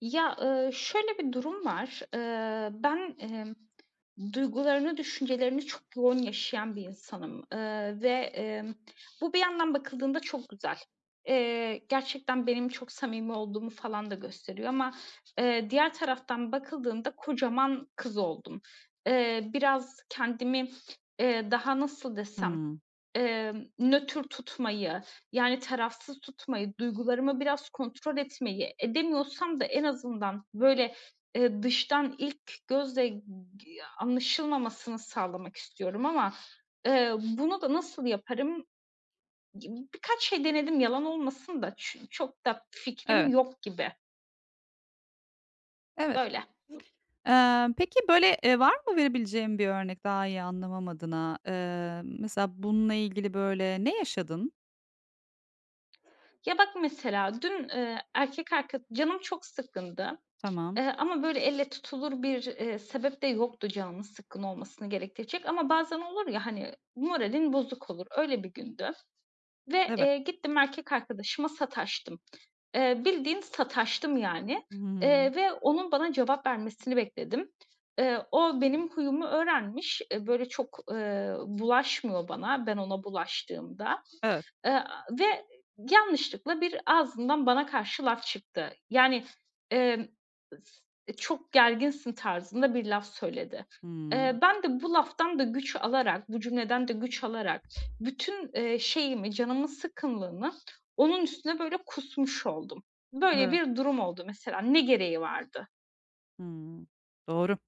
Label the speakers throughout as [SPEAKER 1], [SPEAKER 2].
[SPEAKER 1] Ya, şöyle bir durum var. Ben, duygularını, düşüncelerini çok yoğun yaşayan bir insanım, ve, bu bir yandan bakıldığında çok güzel. Gerçekten benim çok samimi olduğumu falan da gösteriyor ama, diğer taraftan bakıldığında kocaman kız oldum. Biraz kendimi, daha nasıl desem,
[SPEAKER 2] Hımm.
[SPEAKER 1] Nötr tutmayı, yani tarafsız tutmayı, duygularımı biraz kontrol etmeyi, edemiyorsam da en azından böyle, dıştan ilk gözle anlaşılmamasını sağlamak istiyorum ama, eee, bunu da nasıl yaparım? Birkaç şey denedim yalan olmasın da çok da fikrim
[SPEAKER 2] Evet,
[SPEAKER 1] yok gibi.
[SPEAKER 2] evet.
[SPEAKER 1] Böyle.
[SPEAKER 2] Peki, böyle, var mı verebileceğin bir örnek daha iyi anlamam adına? Mesela bununla ilgili, böyle, ne yaşadın?
[SPEAKER 1] Ya, bak mesela dün, erkek arka canım çok sıkkındı.
[SPEAKER 2] Tamam.
[SPEAKER 1] Ama böyle elle tutulur bir, sebep de yoktu canımın sıkkın olmasını gerektirecek ama bazen olur ya, hani, moralin bozuk olur. Öyle bir gündü ve,
[SPEAKER 2] Evet.
[SPEAKER 1] gittim erkek arkadaşıma sataştım. Bildiğin sataştım yani,
[SPEAKER 2] Hı hı.
[SPEAKER 1] ve onun bana cevap vermesini bekledim. O benim huyumu öğrenmiş, böyle çok, bulaşmıyor bana ben ona bulaştığımda.
[SPEAKER 2] Evet.
[SPEAKER 1] Eee, ve yanlışlıkla bir ağzından bana karşı laf çıktı. Yani, emm, s "Çok gerginsin." tarzında bir laf söyledi.
[SPEAKER 2] Hımm.
[SPEAKER 1] Ben de bu laftan da güç alarak, bu cümleden de güç alarak bütün, şeyimi, canımın sıkkınlığını onun üstüne böyle kusmuş oldum. Böyle
[SPEAKER 2] Evet.
[SPEAKER 1] bir durum oldu mesela. Ne gereği vardı?
[SPEAKER 2] Hımm. Doğru.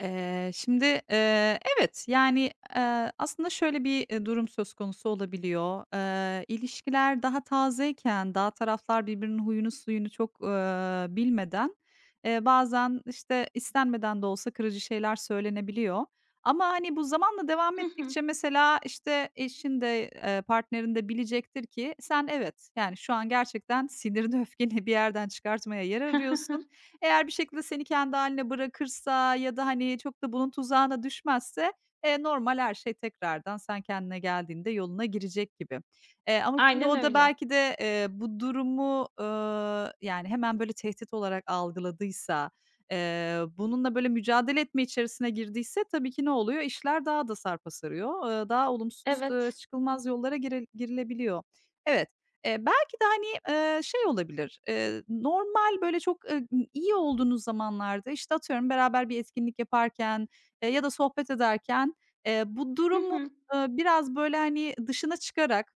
[SPEAKER 2] Şimdi, evet, yani, aslında şöyle bir, durum söz konusu olabiliyor. İlişkiler daha tazeyken, daha taraflar birbirinin huyunu suyunu çok, bilmeden, bazen, işte, istenmeden de olsa kırıcı şeyler söylenebiliyor. Ama, hani, bu zamanla devam
[SPEAKER 1] Hı hı.
[SPEAKER 2] ettikçe mesela, işte, eşin de, partnerin de bilecektir ki sen evet, yani, şu an gerçekten sinirini öfkeni bir yerden çıkartmaya yer arıyorsun eğer bir şekilde seni kendi haline bırakırsa ya da, hani, çok da bunun tuzağına düşmezse, normal her şey tekrardan sen kendine geldiğinde yoluna girecek gibi. Ama şimdi
[SPEAKER 1] Aynen
[SPEAKER 2] o da
[SPEAKER 1] öyle.
[SPEAKER 2] belki de, bu durumu, yani, hemen böyle tehdit olarak algıladıysa, bununla böyle mücadele etme içerisine girdiyse tabii ki ne oluyor? İşler daha da sarpa sarıyor. Daha olumsuz,
[SPEAKER 1] Evet.
[SPEAKER 2] çıkılmaz yollara girilebiliyor. Evet, belki de, hani, şey olabilir, normal özel, böyle, çok, iyi olduğunuz zamanlarda, işte, atıyorum beraber bir etkinlik yaparken, ya da sohbet ederken, bu
[SPEAKER 1] Hı
[SPEAKER 2] durumu,
[SPEAKER 1] hı.
[SPEAKER 2] biraz, böyle, hani, dışına çıkarak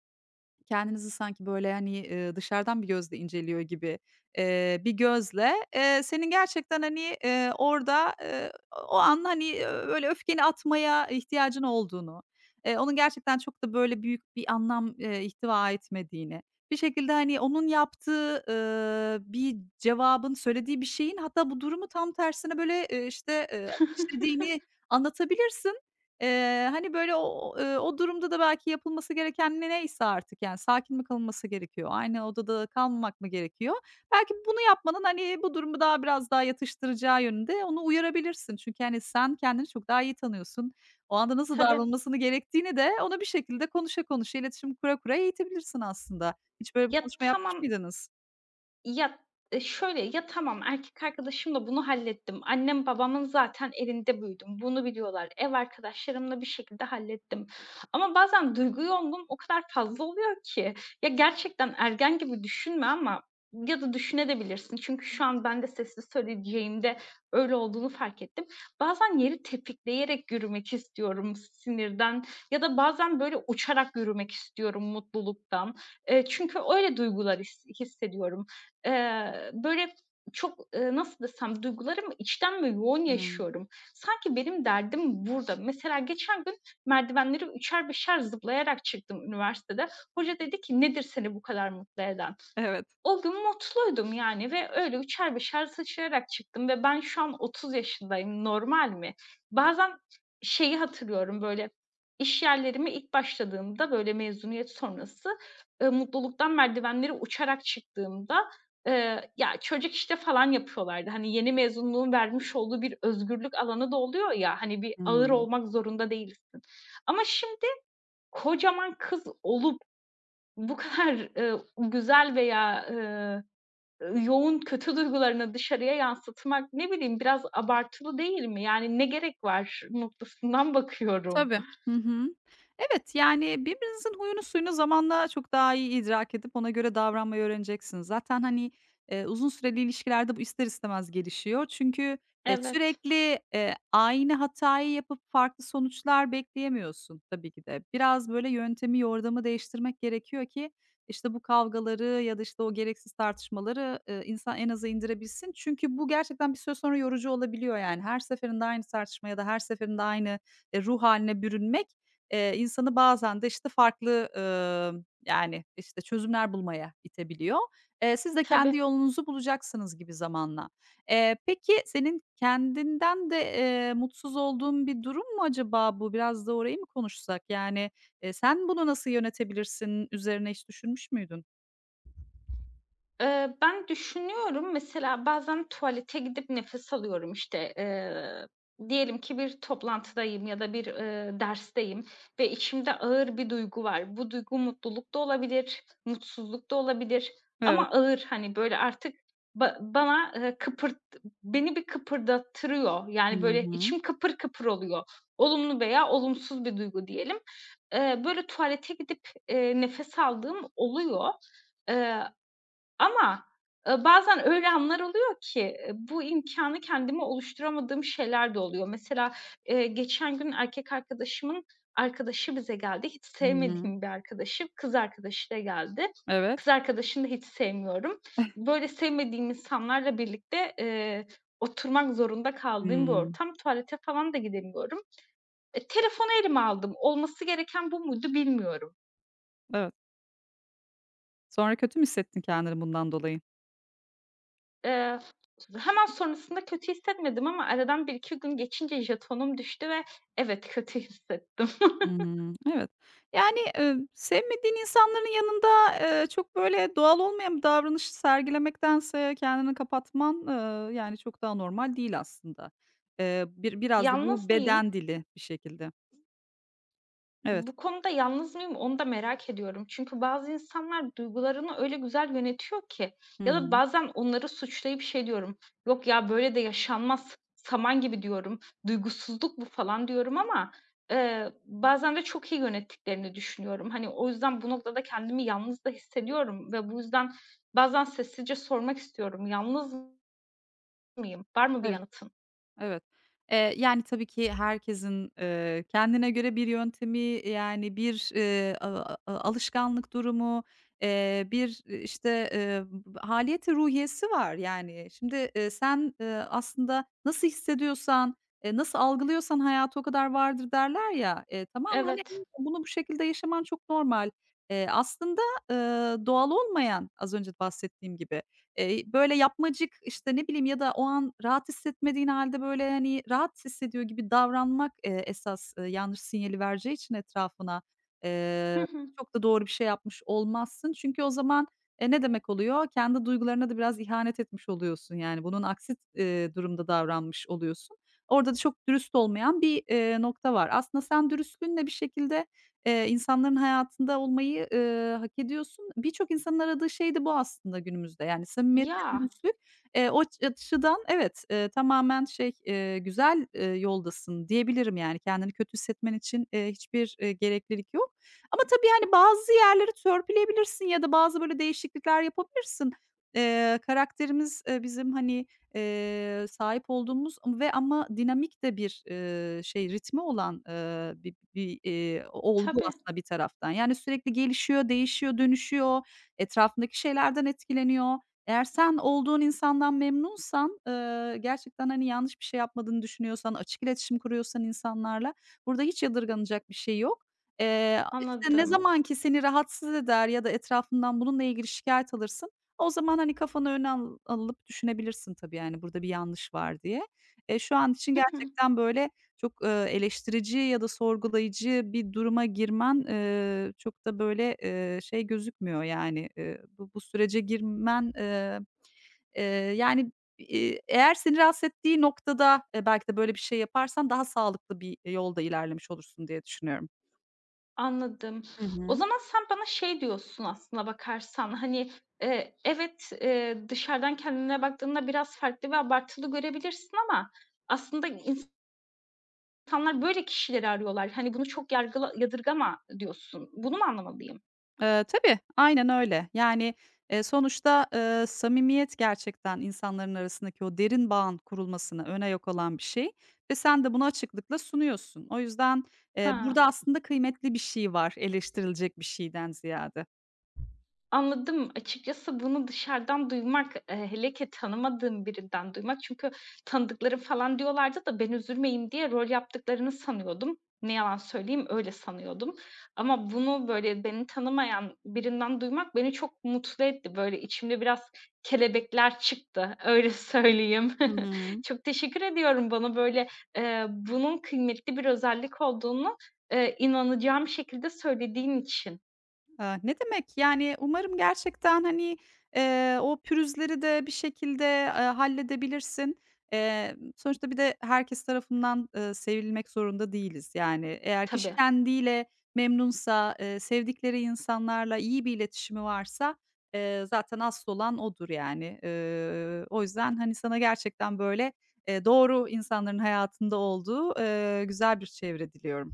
[SPEAKER 2] kendinizi sanki, böyle, hani, dışarıdan bir gözle inceliyor gibi, bir gözle, senin gerçekten, hani, orada, o an, hani, öyle öfkeni atmaya ihtiyacın olduğunu, onun gerçekten çok da, böyle, büyük bir anlam, ihtiva etmediğini, bir şekilde, hani, onun yaptığı, bir cevabın, söylediği bir şeyin hatta bu durumu tam tersine, böyle, işte, ateşlediğini anlatabilirsin. Hani, böyle, o durumda da belki yapılması gereken neyse artık, yani, sakin mi kalınması gerekiyor, aynı odada kalmamak mı gerekiyor? Belki bunu yapmanın, hani, bu durumu daha biraz daha yatıştıracağı yönünde onu uyarabilirsin. Çünkü, hani, sen kendini çok daha iyi tanıyorsun. O anda nasıl
[SPEAKER 1] Tabii.
[SPEAKER 2] davranılmasını gerektiğini de ona bir şekilde konuşa konuşa, iletişim kura kura eğitebilirsin aslında. Hiç böyle bir
[SPEAKER 1] Ya,
[SPEAKER 2] konuşma yapmış
[SPEAKER 1] tamam.
[SPEAKER 2] mıydınız?
[SPEAKER 1] Ya, şöyle, ya tamam erkek arkadaşımla bunu hallettim. Annem babamın zaten elinde büyüdüm. Bunu biliyorlar. Ev arkadaşlarımla bir şekilde hallettim. Ama bazen duygu yoğunluğum o kadar fazla oluyor ki. Ya gerçekten ergen gibi düşünme ama ya da düşünebilirsin. Çünkü şu an ben de sesli söyleyeceğimde öyle olduğunu fark ettim. Bazen yeri tepikleyerek yürümek istiyorum sinirden ya da bazen böyle uçarak yürümek istiyorum mutluluktan. Çünkü öyle duygular hissediyorum. Böyle çok, nasıl desem, duygularımı içten ve yoğun
[SPEAKER 2] Hımm.
[SPEAKER 1] yaşıyorum. Sanki benim derdim burada. Mesela geçen gün merdivenleri üçer beşer zıplayarak çıktım üniversitede. Hoca dedi ki, "Nedir seni bu kadar mutlu eden?"
[SPEAKER 2] Evet.
[SPEAKER 1] O gün mutluydum yani ve öyle üçer beşer sıçrayarak çıktım ve ben şu an 30 yaşındayım, normal mi? Bazen şeyi hatırlıyorum, böyle, iş yerlerime ilk başladığımda, böyle, mezuniyet sonrası, mutluluktan merdivenleri uçarak çıktığımda, ya, çocuk işte falan yapıyorlardı. Hani, yeni mezunluğun vermiş olduğu bir özgürlük alanı da oluyor ya, hani, bir ağır
[SPEAKER 2] Hımm.
[SPEAKER 1] olmak zorunda değilsin. Ama şimdi kocaman kız olup bu kadar, güzel veya, yoğun kötü duygularını dışarıya yansıtmak, ne bileyim, biraz abartılı değil mi? Yani, ne gerek var noktasından bakıyorum.
[SPEAKER 2] Tabii. Hı hı. Evet, yani birbirinizin huyunu suyunu zamanla çok daha iyi idrak edip ona göre davranmayı öğreneceksiniz. Zaten, hani, uzun süreli ilişkilerde bu ister istemez gelişiyor. Çünkü,
[SPEAKER 1] Evet,
[SPEAKER 2] sürekli, aynı hatayı yapıp farklı sonuçlar bekleyemiyorsun tabii ki de. Biraz böyle yöntemi, yordamı değiştirmek gerekiyor ki, işte, bu kavgaları ya da, işte, o gereksiz tartışmaları, insan en aza indirebilsin. Çünkü bu gerçekten bir süre sonra yorucu olabiliyor yani. Her seferinde aynı tartışma ya da her seferinde aynı ruh haline bürünmek, insanı bazen de, işte, farklı, yani, işte, çözümler bulmaya itebiliyor. Siz de kendi
[SPEAKER 1] tabii.
[SPEAKER 2] yolunuzu bulacaksınız gibi zamanla. Peki senin kendinden de, mutsuz olduğun bir durum mu acaba bu? Biraz da orayı mı konuşsak? Yani, sen bunu nasıl yönetebilirsin üzerine hiç düşünmüş müydün?
[SPEAKER 1] Ben düşünüyorum. Mesela bazen tuvalete gidip nefes alıyorum, işte. Diyelim ki bir toplantıdayım ya da bir, dersteyim ve içimde ağır bir duygu var. Bu duygu mutluluk da olabilir, mutsuzluk da olabilir
[SPEAKER 2] Evet.
[SPEAKER 1] ama ağır, hani, böyle, artık bana, beni bir kıpırdattırıyor.
[SPEAKER 2] Hı
[SPEAKER 1] Yani, böyle,
[SPEAKER 2] hı.
[SPEAKER 1] içim kıpır kıpır oluyor. Olumlu veya olumsuz bir duygu diyelim. Böyle, tuvalete gidip, nefes aldığım oluyor. Eee ama, bazen öyle anlar oluyor ki, bu imkânı kendime oluşturamadığım şeyler de oluyor. Mesela, geçen gün erkek arkadaşımın arkadaşı bize geldi. Hiç
[SPEAKER 2] Hı hı.
[SPEAKER 1] sevmediğim bir arkadaşı, kız arkadaşıyla geldi.
[SPEAKER 2] Evet. Evet.
[SPEAKER 1] Kız arkadaşını da hiç sevmiyorum. Böyle sevmediğim insanlarla birlikte, oturmak zorunda kaldığım bir ortam. Tuvalete falan da gidemiyorum. E, telefonu elime aldım. Olması gereken bu muydu bilmiyorum.
[SPEAKER 2] Evet. Sonra kötü mü hissettin kendini bundan dolayı?
[SPEAKER 1] Eee, Hemen sonrasında kötü hissetmedim ama aradan bir iki gün geçince jetonum düştü ve evet, kötü hissettim.
[SPEAKER 2] Hımm, evet. Yani, sevmediğin insanların yanında, çok böyle doğal olmayan bir davranış sergilemektense kendini kapatman, yani, çok daha normal değil aslında. Biraz da bu
[SPEAKER 1] Yalnız mıyım?
[SPEAKER 2] beden dili bir şekilde. Evet.
[SPEAKER 1] Bu konuda yalnız mıyım onu da merak ediyorum. Çünkü bazı insanlar duygularını öyle güzel yönetiyor ki
[SPEAKER 2] Hı
[SPEAKER 1] ya da
[SPEAKER 2] hı.
[SPEAKER 1] bazen onları suçlayıp şey diyorum. Yok ya böyle de yaşanmaz. Saman gibi diyorum. Duygusuzluk bu falan diyorum ama, bazen de çok iyi yönettiklerini düşünüyorum. Hani o yüzden bu noktada kendimi yalnız da hissediyorum ve bu yüzden bazen sessizce sormak istiyorum. Yalnız mıyım? Var mı bir
[SPEAKER 2] Evet.
[SPEAKER 1] yanıtın?
[SPEAKER 2] Evet. Yani, tabii ki herkesin, kendine göre bir yöntemi, yani, bir, alışkanlık durumu, bir, işte, haliyeti ruhiyesi var, yani. Şimdi, sen, aslında nasıl hissediyorsan, nasıl algılıyorsan hayatı o kadar vardır derler ya. Tamam, hani,
[SPEAKER 1] Evet.
[SPEAKER 2] bunu bu şekilde yaşaman çok normal. Aslında, doğal olmayan, az önce bahsettiğim gibi. Böyle yapmacık, işte, ne bileyim ya da o an rahat hissetmediğin hâlde, böyle, hani, rahat hissediyor gibi davranmak, esas, yanlış sinyali vereceği için etrafına, eee,
[SPEAKER 1] Hı hı.
[SPEAKER 2] çok da doğru bir şey yapmış olmazsın. Çünkü o zaman, ne demek oluyor? Kendi duygularına da biraz ihanet etmiş oluyorsun, yani, bunun aksi, durumda davranmış oluyorsun. Orada da çok dürüst olmayan bir, nokta var. Aslında sen dürüstlüğünle bir şekilde insanların hayatında olmayı, hak ediyorsun. Birçok insanın aradığı şey de bu aslında günümüzde. Yani samimiyet ve
[SPEAKER 1] Ya,
[SPEAKER 2] dürüstlük, o açıdan evet, tamamen şey, güzel, yoldasın diyebilirim yani. Kendini kötü hissetmen için, hiçbir, gereklilik yok. Ama tabii, hani, bazı yerleri törpüleyebilirsin ya da bazı böyle değişiklikler yapabilirsin. Karakterimiz, bizim, hani, sahip olduğumuz ve ama dinamik de bir, şey, ritmi olan, bir, olgu
[SPEAKER 1] tabii.
[SPEAKER 2] aslında bir taraftan. Yani sürekli gelişiyor, değişiyor, dönüşüyor, etrafındaki şeylerden etkileniyor. Eğer sen olduğun insandan memnunsan, gerçekten, hani, yanlış bir şey yapmadığını düşünüyorsan, açık iletişim kuruyorsan insanlarla burada hiç yadırganacak bir şey yok. İşte, ne
[SPEAKER 1] Anladım.
[SPEAKER 2] zaman ki seni rahatsız eder ya da etrafından bununla ilgili şikayet alırsın o zaman, hani, kafanı öne alıp düşünebilirsin tabii, yani, burada bir yanlış var diye. Şu an için
[SPEAKER 1] Hı hı.
[SPEAKER 2] gerçekten, böyle, çok, eleştirici ya da sorgulayıcı bir duruma girmen, çok da, böyle, şey gözükmüyor, yani, bu sürece girmen, eee, yani, eğer seni rahatsız ettiği noktada, belki de böyle bir şey yaparsan daha sağlıklı bir yolda ilerlemiş olursun diye düşünüyorum.
[SPEAKER 1] Anladım.
[SPEAKER 2] Hı
[SPEAKER 1] O
[SPEAKER 2] hı.
[SPEAKER 1] zaman sen bana şey diyorsun aslına bakarsan, hani, evet, dışarıdan kendine baktığında biraz farklı ve abartılı görebilirsin ama aslında insanlar böyle kişileri arıyorlar. Hani, bunu çok yadırgama diyorsun. Bunu mu anlamalıyım?
[SPEAKER 2] Tabii, aynen öyle. Yani, sonuçta, samimiyet gerçekten insanların arasındaki o derin bağın kurulmasını öne yok olan bir şey ve sen de bunu açıklıkla sunuyorsun. O yüzden,
[SPEAKER 1] He.
[SPEAKER 2] burada aslında kıymetli bir şey var eleştirilecek bir şeyden ziyade.
[SPEAKER 1] Anladım. Açıkçası bunu dışarıdan duymak, hele ki tanımadığım birinden duymak çünkü tanıdıkları falan diyorlardı da ben üzülmeyeyim diye rol yaptıklarını sanıyordum. Ne yalan söyleyeyim, öyle sanıyordum ama bunu, böyle, beni tanımayan birinden duymak beni çok mutlu etti. Böyle, içimde biraz kelebekler çıktı, öyle söyleyeyim.
[SPEAKER 2] Hı hı.
[SPEAKER 1] Çok teşekkür ediyorum bana, böyle, bunun kıymetli bir özellik olduğunu, inanacağım şekilde söylediğin için.
[SPEAKER 2] Ne demek, yani, umarım gerçekten, hani, o pürüzleri de bir şekilde, halledebilirsin. Sonuçta bir de herkes tarafından, sevilmek zorunda değiliz. Yani, eğer kişi
[SPEAKER 1] Tabii.
[SPEAKER 2] kendiyle memnunsa, sevdikleri insanlarla iyi bir iletişimi varsa, zaten asıl olan odur, yani. O yüzden, hani, sana gerçekten, böyle, doğru insanların hayatında olduğu, güzel bir çevre diliyorum.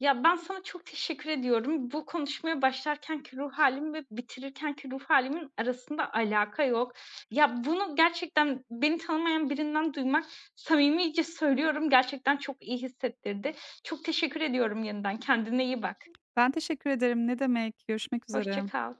[SPEAKER 1] Ya, ben sana çok teşekkür ediyorum. Bu konuşmaya başlarkenki ruh halim ve bitirirkenki ruh halimin arasında alaka yok. Ya, bunu gerçekten beni tanımayan birinden duymak, samimice söylüyorum, gerçekten çok iyi hissettirdi. Çok teşekkür ediyorum yeniden. Kendine iyi bak.
[SPEAKER 2] Ben teşekkür ederim. Ne demek, görüşmek üzere.
[SPEAKER 1] Hoşça kal.